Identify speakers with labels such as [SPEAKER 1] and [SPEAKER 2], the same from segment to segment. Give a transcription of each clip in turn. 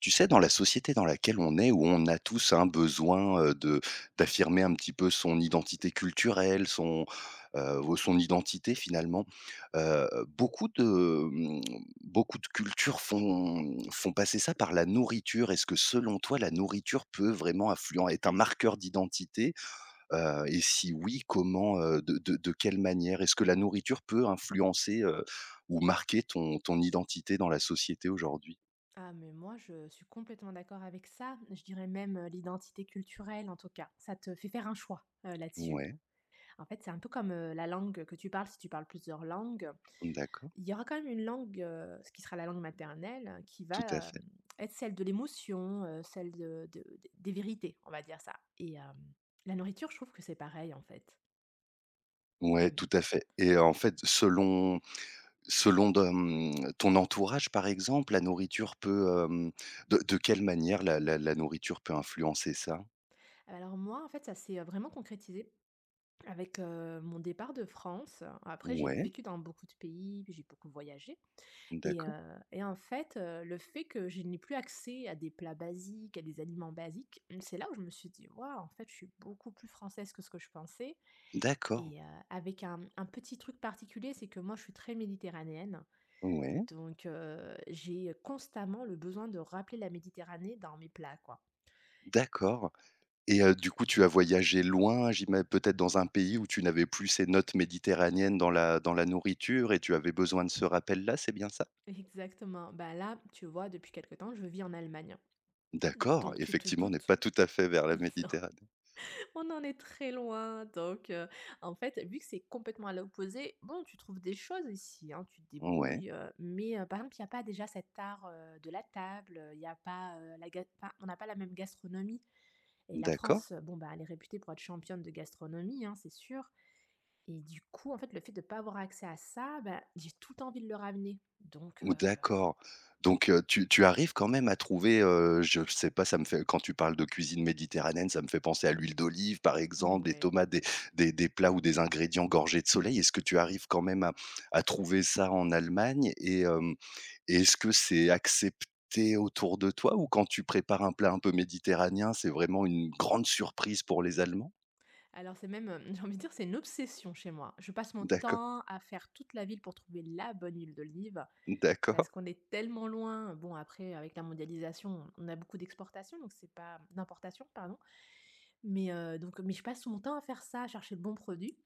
[SPEAKER 1] Tu sais, dans la société dans laquelle on est, où on a tous un besoin de d'affirmer un petit peu son identité culturelle, son ou son identité finalement, euh, beaucoup de hum, beaucoup de cultures font passer ça par la nourriture. Est-ce que selon toi, la nourriture peut vraiment influer, est un marqueur d'identité. Et si oui, comment de quelle manière est-ce que la nourriture peut influencer, ou marquer ton identité dans la société aujourd'hui?
[SPEAKER 2] Ah, mais moi, je suis complètement d'accord avec ça. Je dirais même l'identité culturelle, en tout cas. Ça te fait faire un choix là-dessus.
[SPEAKER 1] Ouais,
[SPEAKER 2] En fait, c'est un peu comme la langue que tu parles, si tu parles plusieurs langues.
[SPEAKER 1] d'accord.
[SPEAKER 2] Il y aura quand même une langue, ce qui sera la langue maternelle, qui
[SPEAKER 1] Tout à
[SPEAKER 2] va
[SPEAKER 1] fait.
[SPEAKER 2] être celle de l'émotion, celle des vérités, on va dire ça. Et la nourriture, je trouve que c'est pareil, en fait.
[SPEAKER 1] Ouais,
[SPEAKER 2] Euh,
[SPEAKER 1] tout à fait, et en fait, selon ton entourage, par exemple, la nourriture peut, de quelle manière la nourriture peut influencer ça?
[SPEAKER 2] alors moi, en fait, ça s'est vraiment concrétisé avec mon départ de France. Après, j'ai
[SPEAKER 1] Ouais,
[SPEAKER 2] vécu dans beaucoup de pays, puis j'ai beaucoup voyagé. Et
[SPEAKER 1] d'accord.
[SPEAKER 2] heu et en fait, le fait que je n'ai plus accès à des plats basiques, à des aliments basiques, c'est là où je me suis dit: «Waouh, en fait, je suis beaucoup plus française que ce que je pensais»,
[SPEAKER 1] D'accord.
[SPEAKER 2] et avec un petit truc particulier, c'est que moi, je suis très méditerranéenne,
[SPEAKER 1] Ouais,
[SPEAKER 2] donc j'ai constamment le besoin de rappeler la Méditerranée dans mes plats, quoi.
[SPEAKER 1] d'accord, et du coup, tu as voyagé loin, j'imagine peut-être dans un pays où tu n'avais plus ces notes méditerranéennes dans la nourriture, et tu avais besoin de ce rappel-là, c'est bien ça?
[SPEAKER 2] Exactement. Bah, là, tu vois, depuis quelque temps, je vis en Allemagne,
[SPEAKER 1] D'accord,
[SPEAKER 2] donc tu te
[SPEAKER 1] effectivement, on n'est
[SPEAKER 2] doutes.
[SPEAKER 1] pas tout à fait vers la Méditerranée.
[SPEAKER 2] On en est très loin, donc en fait, vu que c'est complètement à l'opposé, bon, tu trouves des choses ici, hein, tu te
[SPEAKER 1] Ouais,
[SPEAKER 2] débrouilles, mais par exemple, il y a pas déjà cet art, de la table, il y a pas, la ga enfin, on n'a pas la même gastronomie. Et la
[SPEAKER 1] d'accord.
[SPEAKER 2] France, bon, bah, elle est réputée pour être championne de gastronomie, hein, c'est sûr. Et du coup, en fait, le fait de ne pas avoir accès à ça, bah, j'ai tout envie de le ramener, donc
[SPEAKER 1] Ou
[SPEAKER 2] je
[SPEAKER 1] d'accord. Donc tu arrives quand même à trouver, je sais pas, ça me fait, quand tu parles de cuisine méditerranéenne, ça me fait penser à l'huile d'olive, par exemple, des
[SPEAKER 2] ouais.
[SPEAKER 1] tomates, des plats ou des ingrédients gorgés de soleil. Est-ce que tu arrives quand même à trouver ça en Allemagne, et hem et est-ce que c'est accepté autour de toi, ou quand tu prépares un plat un peu méditerranéen, c'est vraiment une grande surprise pour les Allemands?
[SPEAKER 2] Alors c'est même, j'ai envie de dire, c'est une obsession chez moi. Je passe mon
[SPEAKER 1] D'accord.
[SPEAKER 2] temps à faire toute la ville pour trouver la bonne huile d'olive. Parce
[SPEAKER 1] D'accord.
[SPEAKER 2] qu'on est tellement loin. Bon, après, avec la mondialisation, on a beaucoup d'exportations, donc c'est pas d'importation, pardon. Mais je passe mon temps à faire ça, à chercher le bon produit.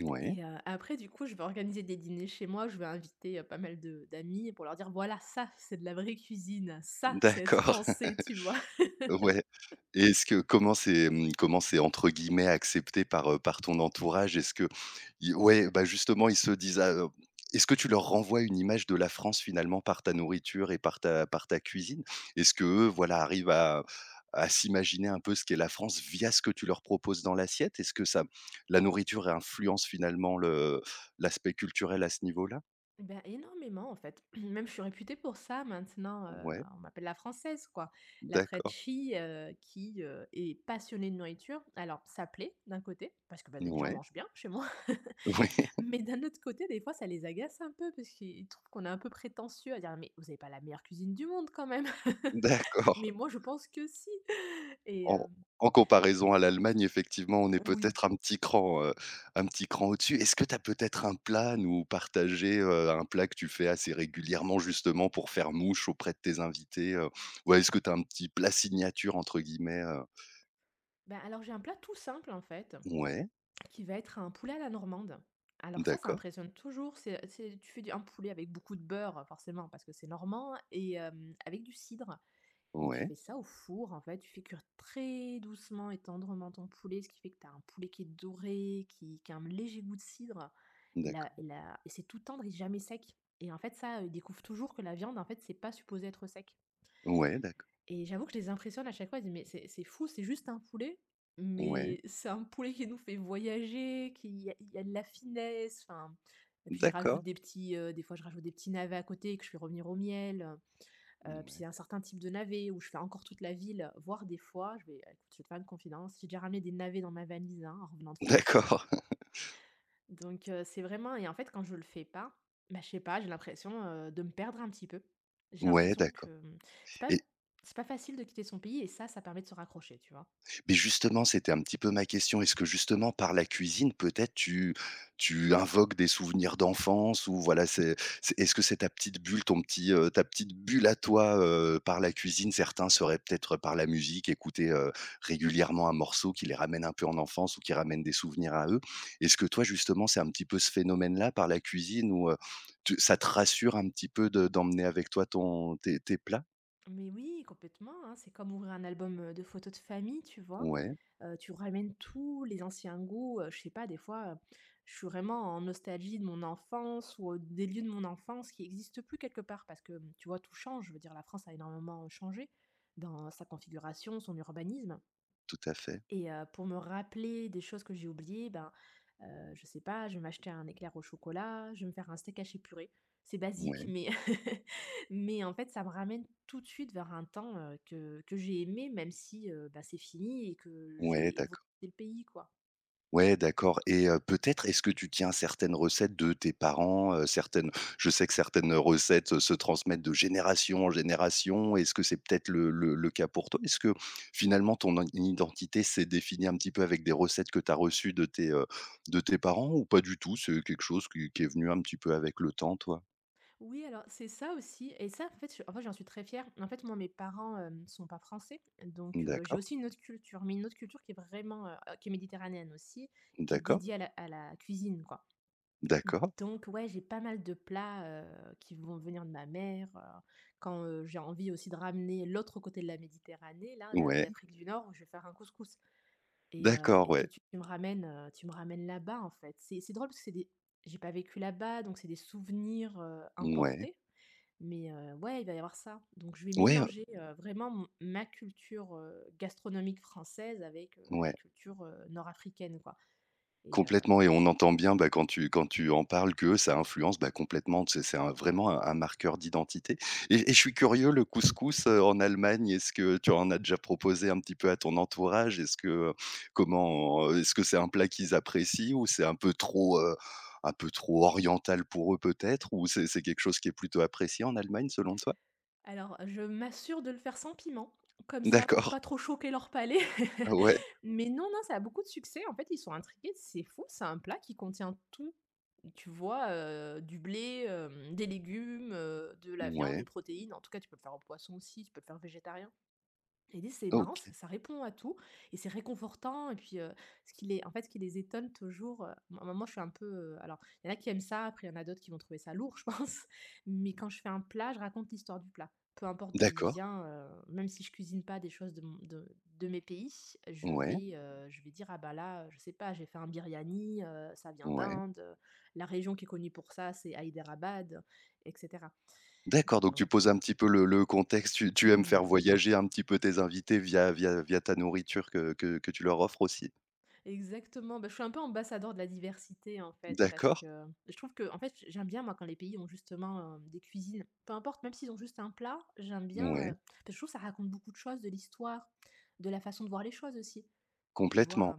[SPEAKER 1] Ouais,
[SPEAKER 2] Et après, du coup, je vais organiser des dîners chez moi. Je vais inviter, pas mal de d'amis pour leur dire: «Voilà, ça, c'est de la vraie cuisine. Ça, c'est être
[SPEAKER 1] d'accord.
[SPEAKER 2] français», tu vois?
[SPEAKER 1] Ouais. Et est-ce que comment c'est entre guillemets «accepté» par par ton entourage? Est-ce que ils Ouais, bah, justement, ils se disent, ah, est-ce que tu leur renvoies une image de la France finalement par ta nourriture et par ta cuisine? Est-ce que eux, voilà, arrivent à s'imaginer un peu ce qu'est la France via ce que tu leur proposes dans l'assiette? Est-ce que ça la nourriture influence finalement le l'aspect culturel à ce niveau-là?
[SPEAKER 2] Ben énormément en fait. Même je suis réputée pour ça maintenant,
[SPEAKER 1] Ouais,
[SPEAKER 2] on m'appelle la française quoi. La
[SPEAKER 1] d'accord.
[SPEAKER 2] Frenchie, qui, est passionnée de nourriture. Alors ça plaît d'un côté, parce que, ben les gens
[SPEAKER 1] Ouais,
[SPEAKER 2] mangent bien chez moi.
[SPEAKER 1] ouais,
[SPEAKER 2] Mais d'un autre côté, des fois ça les agace un peu, parce qu'ils trouvent qu'on est un peu prétentieux à dire: «Mais vous avez pas la meilleure cuisine du monde quand même!»
[SPEAKER 1] d'accord.
[SPEAKER 2] Mais moi je pense que si. Et
[SPEAKER 1] En
[SPEAKER 2] hem
[SPEAKER 1] comparaison à l'Allemagne, effectivement, on est
[SPEAKER 2] oui.
[SPEAKER 1] peut-être un petit cran au-dessus. Est-ce que tu as peut-être un plat à nous partager, un plat que tu fais assez régulièrement, justement, pour faire mouche auprès de tes invités? Ou est-ce que tu as un petit «plat signature» entre guillemets?
[SPEAKER 2] Ben alors j'ai un plat tout simple en fait.
[SPEAKER 1] Ouais,
[SPEAKER 2] Qui va être un poulet à la normande. Alors ça
[SPEAKER 1] d'accord,
[SPEAKER 2] impressionne toujours, c'est tu fais du un poulet avec beaucoup de beurre forcément parce que c'est normand et avec du cidre, et tu
[SPEAKER 1] ouais,
[SPEAKER 2] fais ça au four, en fait. Tu fais cuire très doucement et tendrement ton poulet, ce qui fait que tu as un poulet qui est doré, qui a un léger goût de cidre, et là,
[SPEAKER 1] d'accord,
[SPEAKER 2] et c'est tout tendre et jamais sec. Et en fait ça, ils découvrent toujours que la viande, en fait, c'est pas supposé être sec.
[SPEAKER 1] ouais, d'accord.
[SPEAKER 2] Et j'avoue que je les impressionne à chaque fois, je dis: «Mais c'est fou, c'est juste un poulet,
[SPEAKER 1] Ouais,
[SPEAKER 2] mais c'est un poulet qui nous fait voyager, qui il y a de la finesse», enfin. Et puis je rajoute
[SPEAKER 1] d'accord,
[SPEAKER 2] des petits, des fois je rajoute des petits navets à côté que je fais revenir au miel, puis
[SPEAKER 1] ouais,
[SPEAKER 2] c'est un certain type de navet où je fais encore toute la ville, voire des fois je vais écoute, je vais te faire une confidence, j'ai déjà ramené des navets dans ma valise, hein, en revenant de France.
[SPEAKER 1] d'accord,
[SPEAKER 2] Donc c'est vraiment. Et en fait, quand je le fais pas, bah, je sais pas, j'ai l'impression, de me perdre un petit peu. J'ai
[SPEAKER 1] ouais,
[SPEAKER 2] l'impression
[SPEAKER 1] d'accord.
[SPEAKER 2] que, c'est pas
[SPEAKER 1] Et
[SPEAKER 2] c'est pas facile de quitter son pays et ça permet de se raccrocher, tu vois?
[SPEAKER 1] Mais justement, c'était un petit peu ma question. Est-ce que, justement, par la cuisine, peut-être tu invoques des souvenirs d'enfance, ou voilà, c'est est-ce que c'est ta petite bulle, ta petite bulle à toi, par la cuisine? Certains seraient peut-être par la musique, écouter, régulièrement un morceau qui les ramène un peu en enfance, ou qui ramène des souvenirs à eux. Est-ce que toi, justement, c'est un petit peu ce phénomène-là par la cuisine, où, tu ça te rassure un petit peu de d'emmener avec toi ton tes tes plats?
[SPEAKER 2] Mais oui, complètement, hein, c'est comme ouvrir un album, de photos de famille, tu vois?
[SPEAKER 1] Ouais,
[SPEAKER 2] Tu ramènes tous les anciens goûts, je sais pas, des fois, je suis vraiment en nostalgie de mon enfance ou, des lieux de mon enfance qui existent plus quelque part parce que, tu vois, tout change. Je veux dire, la France a énormément changé dans sa configuration, son urbanisme.
[SPEAKER 1] tout à fait.
[SPEAKER 2] Et pour me rappeler des choses que j'ai oubliées, ben, je sais pas, je vais m'acheter un éclair au chocolat, je vais me faire un steak haché purée. C'est basique,
[SPEAKER 1] Ouais,
[SPEAKER 2] mais mais en fait, ça me ramène tout de suite vers un temps, que j'ai aimé, même si, bah, c'est fini et que
[SPEAKER 1] ouais,
[SPEAKER 2] j'ai évolué
[SPEAKER 1] d'accord.
[SPEAKER 2] le pays, quoi.
[SPEAKER 1] Ouais, d'accord, et peut-être, est-ce que tu tiens certaines recettes de tes parents? Certaines Je sais que certaines recettes se transmettent de génération en génération. Est-ce que c'est peut-être le cas pour toi? Est-ce que finalement ton in identité s'est définie un petit peu avec des recettes que tu as reçues de tes parents, ou pas du tout? C'est quelque chose qui est venu un petit peu avec le temps, toi?
[SPEAKER 2] Oui, alors c'est ça aussi et ça, en fait, j'en suis très fière. En fait, moi, mes parents, sont pas français, donc j'ai
[SPEAKER 1] D'accord,
[SPEAKER 2] aussi une autre culture, mais une autre culture qui est vraiment, qui est méditerranéenne aussi et qui est
[SPEAKER 1] d'accord,
[SPEAKER 2] dédiée à la cuisine, quoi.
[SPEAKER 1] d'accord.
[SPEAKER 2] Donc ouais, j'ai pas mal de plats, qui vont venir de ma mère, quand, j'ai envie aussi de ramener l'autre côté de la Méditerranée, là, de
[SPEAKER 1] Ouais,
[SPEAKER 2] d'Afrique du Nord, je vais faire un couscous.
[SPEAKER 1] d'accord, ouais,
[SPEAKER 2] Tout de suite tu me ramènes, là-bas, en fait. C'est drôle parce que c'est des j'ai pas vécu là-bas, donc c'est des souvenirs,
[SPEAKER 1] ouais,
[SPEAKER 2] importés, mais ouais, il va y avoir ça. Donc je vais
[SPEAKER 1] ouais,
[SPEAKER 2] mélanger, vraiment mon ma culture, gastronomique française avec, la
[SPEAKER 1] ouais.
[SPEAKER 2] culture, nord-africaine, quoi. et heu
[SPEAKER 1] Complètement, et on entend bien, bah, quand tu en parles, que ça influence, bah, complètement, tu c'est un vraiment un marqueur d'identité. Et je suis curieux, le couscous, en Allemagne, est-ce que tu en as déjà proposé un petit peu à ton entourage? Est-ce que, comment est-ce que c'est un plat qu'ils apprécient, ou c'est un peu trop oriental pour eux peut-être? Ou c'est quelque chose qui est plutôt apprécié en Allemagne selon toi?
[SPEAKER 2] Alors, je m'assure de le faire sans piment, comme ça pour
[SPEAKER 1] D'accord.
[SPEAKER 2] pas trop choquer leur palais.
[SPEAKER 1] Ah, ouais,
[SPEAKER 2] Mais non, non, ça a beaucoup de succès. En fait, ils sont intrigués, c'est fou, c'est un plat qui contient tout. Tu vois, du blé, des légumes, de la viande,
[SPEAKER 1] ouais,
[SPEAKER 2] une protéine. En tout cas, tu peux le faire au poisson aussi, tu peux le faire végétarien. Et dit «C'est marrant, ça
[SPEAKER 1] OK.
[SPEAKER 2] ça répond à tout et c'est réconfortant». Et puis, ce qui les étonne toujours, moi je suis un peu, alors, il y en a qui aiment ça, après il y en a d'autres qui vont trouver ça lourd, je pense, mais quand je fais un plat, je raconte l'histoire du plat. Peu importe d'où il
[SPEAKER 1] D'accord.
[SPEAKER 2] vient, même si je cuisine pas des choses de mon de mes pays,
[SPEAKER 1] Ouais,
[SPEAKER 2] je vais dire: «Ah bah là, je sais pas, j'ai fait un biryani, ça vient
[SPEAKER 1] ouais.
[SPEAKER 2] d'Inde, la région qui est connue pour ça, c'est Hyderabad» et cetera.
[SPEAKER 1] D'accord, donc tu
[SPEAKER 2] Donc,
[SPEAKER 1] poses un petit peu le contexte, tu aimes
[SPEAKER 2] mmh,
[SPEAKER 1] faire
[SPEAKER 2] ouais.
[SPEAKER 1] voyager un petit peu tes invités via ta nourriture que tu leur offres aussi?
[SPEAKER 2] Exactement, bah, je suis un peu ambassadeur de la diversité, en fait, parce
[SPEAKER 1] D'accord.
[SPEAKER 2] que je trouve que, en fait, j'aime bien, moi, quand les pays ont justement, des cuisines, peu importe, même s'ils ont juste un plat, j'aime bien,
[SPEAKER 1] Ouais,
[SPEAKER 2] parce que je trouve que ça raconte beaucoup de choses, de l'histoire, de la façon de voir les choses aussi. Tu
[SPEAKER 1] complètement.
[SPEAKER 2] vois?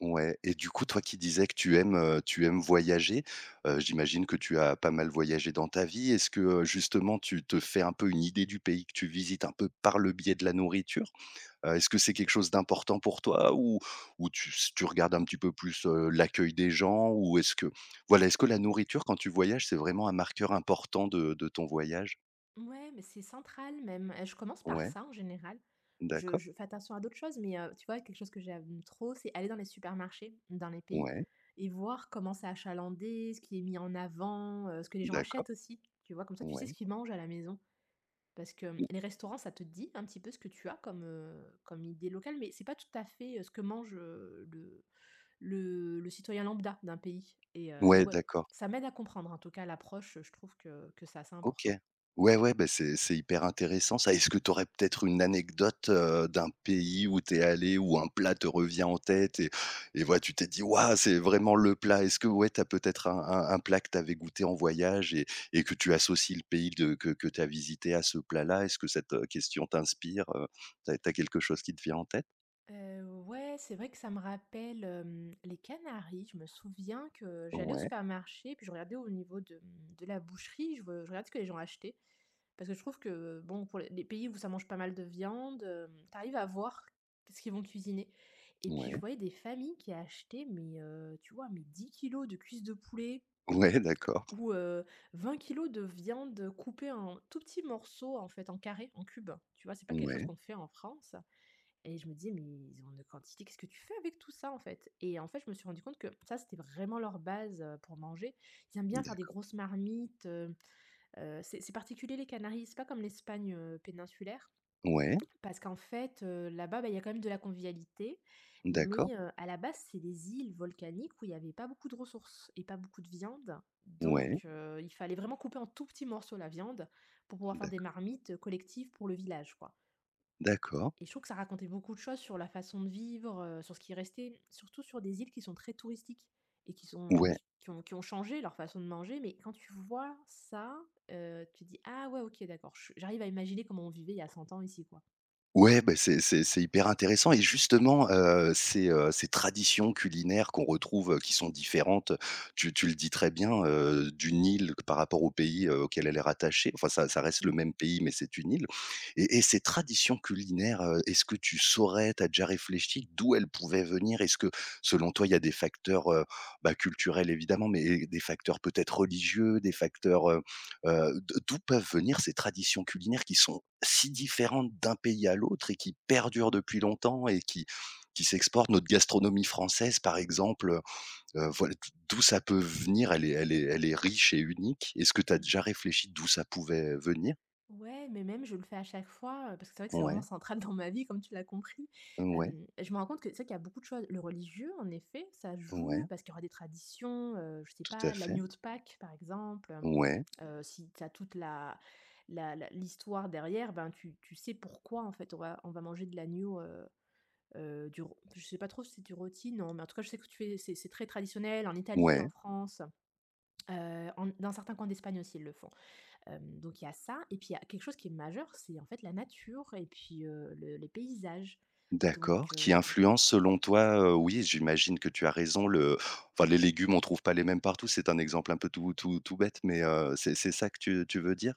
[SPEAKER 1] Ouais, et du coup, toi qui disais que tu aimes voyager, j'imagine que tu as pas mal voyagé dans ta vie. Est-ce que, justement, tu te fais un peu une idée du pays que tu visites un peu par le biais de la nourriture? Est-ce que c'est quelque chose d'important pour toi, ou tu regardes un petit peu plus, l'accueil des gens? Ou est-ce que Voilà, est-ce que la nourriture, quand tu voyages, c'est vraiment un marqueur important de ton voyage?
[SPEAKER 2] Ouais, mais c'est central même, je commence par
[SPEAKER 1] Ouais,
[SPEAKER 2] ça en général. Je
[SPEAKER 1] d'accord.
[SPEAKER 2] je fais attention à d'autres choses, mais tu vois, quelque chose que j'aime trop, c'est aller dans les supermarchés, dans les pays
[SPEAKER 1] Ouais,
[SPEAKER 2] et voir comment c'est achalandé, ce qui est mis en avant, ce que les gens
[SPEAKER 1] d'accord.
[SPEAKER 2] achètent aussi, tu vois? Comme ça, tu sais ce
[SPEAKER 1] Ouais.
[SPEAKER 2] qu'ils mangent à la maison. Parce que, les restaurants, ça te dit un petit peu ce que tu as comme, comme idée locale, mais c'est pas tout à fait, ce que mange, le citoyen lambda d'un pays, et
[SPEAKER 1] ouais,
[SPEAKER 2] ouais,
[SPEAKER 1] d'accord.
[SPEAKER 2] ça m'aide à comprendre en tout cas l'approche, je trouve que ça, c'est assez
[SPEAKER 1] OK.
[SPEAKER 2] important.
[SPEAKER 1] Ouais, ouais, bah, c'est hyper intéressant, ça. Est-ce que tu aurais peut-être une anecdote, d'un pays où tu es allé, où un plat te revient en tête, et voilà, tu t'es dit: «Waouh, c'est vraiment le plat»? Est-ce que, ouais, tu as peut-être un plat que tu avais goûté en voyage, et que tu associes le pays de que tu as visité à ce plat-là? Est-ce que cette, question t'inspire? Tu as quelque chose qui te vient en tête?
[SPEAKER 2] Ouais, c'est vrai que ça me rappelle, les Canaries. Je me souviens que j'allais au
[SPEAKER 1] Ouais,
[SPEAKER 2] supermarché, puis je regardais au niveau de la boucherie, je regarde ce que les gens achetaient. Parce que je trouve que, bon, pour les pays où ça mange pas mal de viande, tu à voir ce qu'ils vont cuisiner. Et
[SPEAKER 1] ouais,
[SPEAKER 2] puis je voyais des familles qui achetaient mais, tu vois, mais 10 kilos de cuisses de poulet
[SPEAKER 1] ouais, d'accord.
[SPEAKER 2] ou, 20 kg de viande coupée en tout petits morceaux, en fait, en carré, en cube. Tu vois? C'est pas quelque chose
[SPEAKER 1] Ouais,
[SPEAKER 2] qu'on fait en France. Et je me disais: «Mais ils ont une quantité, qu'est-ce que tu fais avec tout ça, en fait?» Et en fait, je me suis rendu compte que ça, c'était vraiment leur base, pour manger. Ils aiment bien faire des
[SPEAKER 1] d'accord.
[SPEAKER 2] grosses marmites. C'est particulier les Canaries, c'est pas comme l'Espagne, péninsulaire,
[SPEAKER 1] Ouais,
[SPEAKER 2] parce qu'en fait, là-bas, bah, il y a quand même de la convivialité,
[SPEAKER 1] d'accord.
[SPEAKER 2] mais à la base, c'est des îles volcaniques où il y avait pas beaucoup de ressources et pas beaucoup de viande,
[SPEAKER 1] Ouais,
[SPEAKER 2] donc il fallait vraiment couper en tout petits morceaux la viande pour pouvoir faire des
[SPEAKER 1] d'accord.
[SPEAKER 2] marmites collectives pour le village, quoi.
[SPEAKER 1] D'accord.
[SPEAKER 2] Et je trouve que ça racontait beaucoup de choses sur la façon de vivre, sur ce qui restait, surtout sur des îles qui sont très touristiques et qui sont
[SPEAKER 1] Ouais.
[SPEAKER 2] qui ont changé leur façon de manger. Mais quand tu vois ça, tu te dis: «Ah ouais, OK, d'accord, je j'arrive à imaginer comment on vivait il y a 100 ans ici, quoi».
[SPEAKER 1] Ouais, bah, c'est hyper intéressant, et justement, ces traditions culinaires qu'on retrouve, qui sont différentes, tu le dis très bien, d'une île par rapport au pays, auquel elle est rattachée. Enfin, ça reste le
[SPEAKER 2] Mmh.
[SPEAKER 1] même pays, mais c'est une île, et ces traditions culinaires, est-ce que tu saurais, tu as déjà réfléchi d'où elles pouvaient venir? Est-ce que, selon toi, il y a des facteurs, bah, culturels évidemment, mais des facteurs peut-être religieux, des facteurs, d'où peuvent venir ces traditions culinaires qui sont si différentes d'un pays à l'autre, et qui perdurent depuis longtemps, et qui s'exportent? Notre gastronomie française, par exemple, voilà, d'où ça peut venir? Elle est riche et unique. Est-ce que tu as
[SPEAKER 2] Mmh.
[SPEAKER 1] déjà réfléchi d'où ça pouvait venir?
[SPEAKER 2] Ouais, mais même je le fais à chaque fois, parce que c'est vrai que c'est vraiment
[SPEAKER 1] Ouais,
[SPEAKER 2] central dans ma vie, comme tu l'as compris.
[SPEAKER 1] ouais,
[SPEAKER 2] Je me rends compte que c'est vrai qu'il y a beaucoup de choses. Le religieux, en effet, ça
[SPEAKER 1] ouais,
[SPEAKER 2] joue parce qu'il y aura des traditions, je sais
[SPEAKER 1] tout à
[SPEAKER 2] pas,
[SPEAKER 1] fait.
[SPEAKER 2] l'agneau de Pâques, par exemple.
[SPEAKER 1] Ouais,
[SPEAKER 2] Si tu as toute la la la l'histoire derrière, ben, tu sais pourquoi, en fait, on va manger de l'agneau. Du ro Je sais pas trop si c'est du rôti, non, mais en tout cas, je sais que tu fais, c'est très traditionnel en Italie, en
[SPEAKER 1] ouais,
[SPEAKER 2] France, en dans certains coins d'Espagne aussi, ils le font. Donc il y a ça et puis il y a quelque chose qui est majeur, c'est, en fait, la nature et puis, le les paysages.
[SPEAKER 1] d'accord.
[SPEAKER 2] Donc
[SPEAKER 1] Qui influence selon toi, oui, j'imagine que tu as raison, le enfin, les légumes, on trouve pas les mêmes partout. C'est un exemple un peu tout tout tout bête, mais, c'est ça que tu veux dire?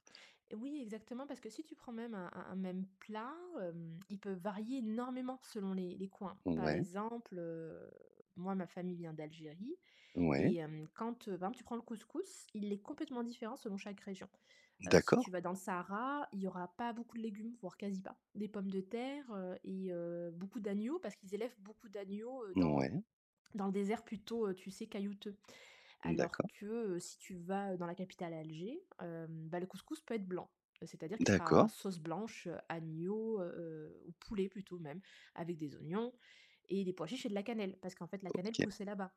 [SPEAKER 2] Oui, exactement, parce que si tu prends même un même plat, il peut varier énormément selon les coins. Par
[SPEAKER 1] Ouais,
[SPEAKER 2] exemple, moi, ma famille vient d'Algérie
[SPEAKER 1] ouais,
[SPEAKER 2] et, quand, par exemple, tu prends le couscous, il est complètement différent selon chaque région. Si
[SPEAKER 1] d'accord,
[SPEAKER 2] tu vas dans le Sahara, il y aura pas beaucoup de légumes, voire quasi pas. Des pommes de terre, et beaucoup d'agneaux, parce qu'ils élèvent beaucoup d'agneaux, dans
[SPEAKER 1] ouais,
[SPEAKER 2] dans le désert plutôt, tu sais, caillouteux. Alors
[SPEAKER 1] d'accord,
[SPEAKER 2] que, si tu vas dans la capitale à Alger, bah, le couscous peut être blanc. C'est-à-dire qu'il sera
[SPEAKER 1] d'accord,
[SPEAKER 2] sauce blanche, agneau, ou poulet plutôt même, avec des oignons et des pois chiches et de la cannelle. Parce qu'en fait la cannelle
[SPEAKER 1] OK,
[SPEAKER 2] poussait là-bas.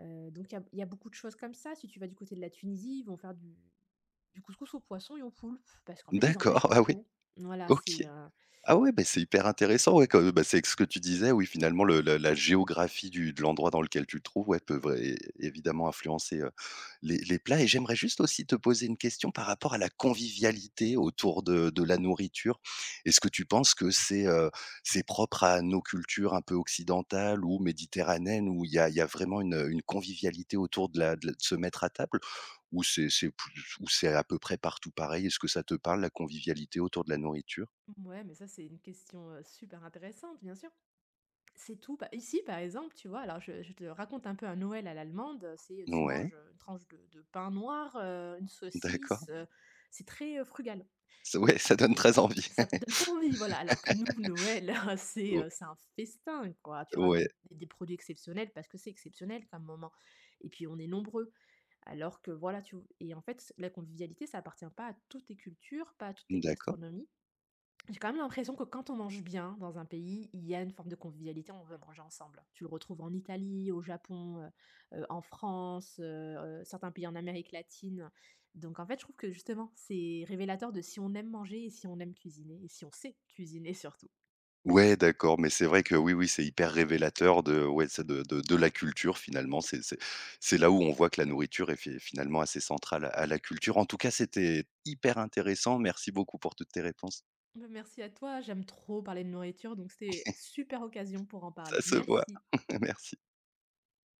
[SPEAKER 2] Donc il y a beaucoup de choses comme ça. Si tu vas du côté de la Tunisie, ils vont faire du couscous au poisson et au poulpe, parce qu'en fait ils en pêchent
[SPEAKER 1] d'accord, ah oui,
[SPEAKER 2] beaucoup. Voilà,
[SPEAKER 1] OK. Ah ouais, bah, c'est hyper intéressant, ouais, comme, bah, c'est ce que tu disais, oui, finalement, le la géographie du de l'endroit dans lequel tu te trouves, ouais, peut vrai évidemment influencer, les plats, et j'aimerais juste aussi te poser une question par rapport à la convivialité autour de la nourriture. Est-ce que tu penses que c'est propre à nos cultures un peu occidentales ou méditerranéennes, où il y a vraiment une, convivialité autour de se mettre à table? Ou c'est plus, ou c'est à peu près partout pareil? Est-ce que ça te parle, la convivialité autour de la nourriture?
[SPEAKER 2] mouais, mais ça, c'est une question, super intéressante, bien sûr. C'est tout. Bah, ici, par exemple, tu vois, alors je te raconte un peu un Noël à l'allemande, tu
[SPEAKER 1] Ouais,
[SPEAKER 2] manges, une tranche de pain noir, une
[SPEAKER 1] d'accord.
[SPEAKER 2] saucisse, c'est très, frugal,
[SPEAKER 1] Ça
[SPEAKER 2] et
[SPEAKER 1] Ouais,
[SPEAKER 2] puis,
[SPEAKER 1] ça donne très envie.
[SPEAKER 2] ça te donne pas envie, voilà. Alors que nous, Noël, c'est un festin, quoi. Tu
[SPEAKER 1] O Ouais,
[SPEAKER 2] ramènes des produits exceptionnels parce que c'est exceptionnel comme moment, et puis on est nombreux. Alors que voilà, tu et en fait, la convivialité, ça appartient pas à toutes les cultures, pas à toutes les
[SPEAKER 1] d'accord.
[SPEAKER 2] gastronomies. J'ai quand même l'impression que quand on mange bien dans un pays, il y a une forme de convivialité, on veut manger ensemble. Tu le retrouves en Italie, au Japon, en France, certains pays en Amérique latine. Donc en fait, je trouve que justement, c'est révélateur de si on aime manger et si on aime cuisiner et si on sait cuisiner surtout.
[SPEAKER 1] Ouais, d'accord, mais c'est vrai que oui, oui, c'est hyper révélateur de, ouais, ça de la culture finalement. C'est là où on voit que la nourriture est fi finalement assez centrale à la culture. En tout cas, c'était hyper intéressant. Merci beaucoup pour toutes tes réponses.
[SPEAKER 2] Bah, merci à toi, j'aime trop parler de nourriture, donc c'était super occasion pour en
[SPEAKER 1] Ça
[SPEAKER 2] parler.
[SPEAKER 1] se voit.
[SPEAKER 2] Merci.
[SPEAKER 1] Merci.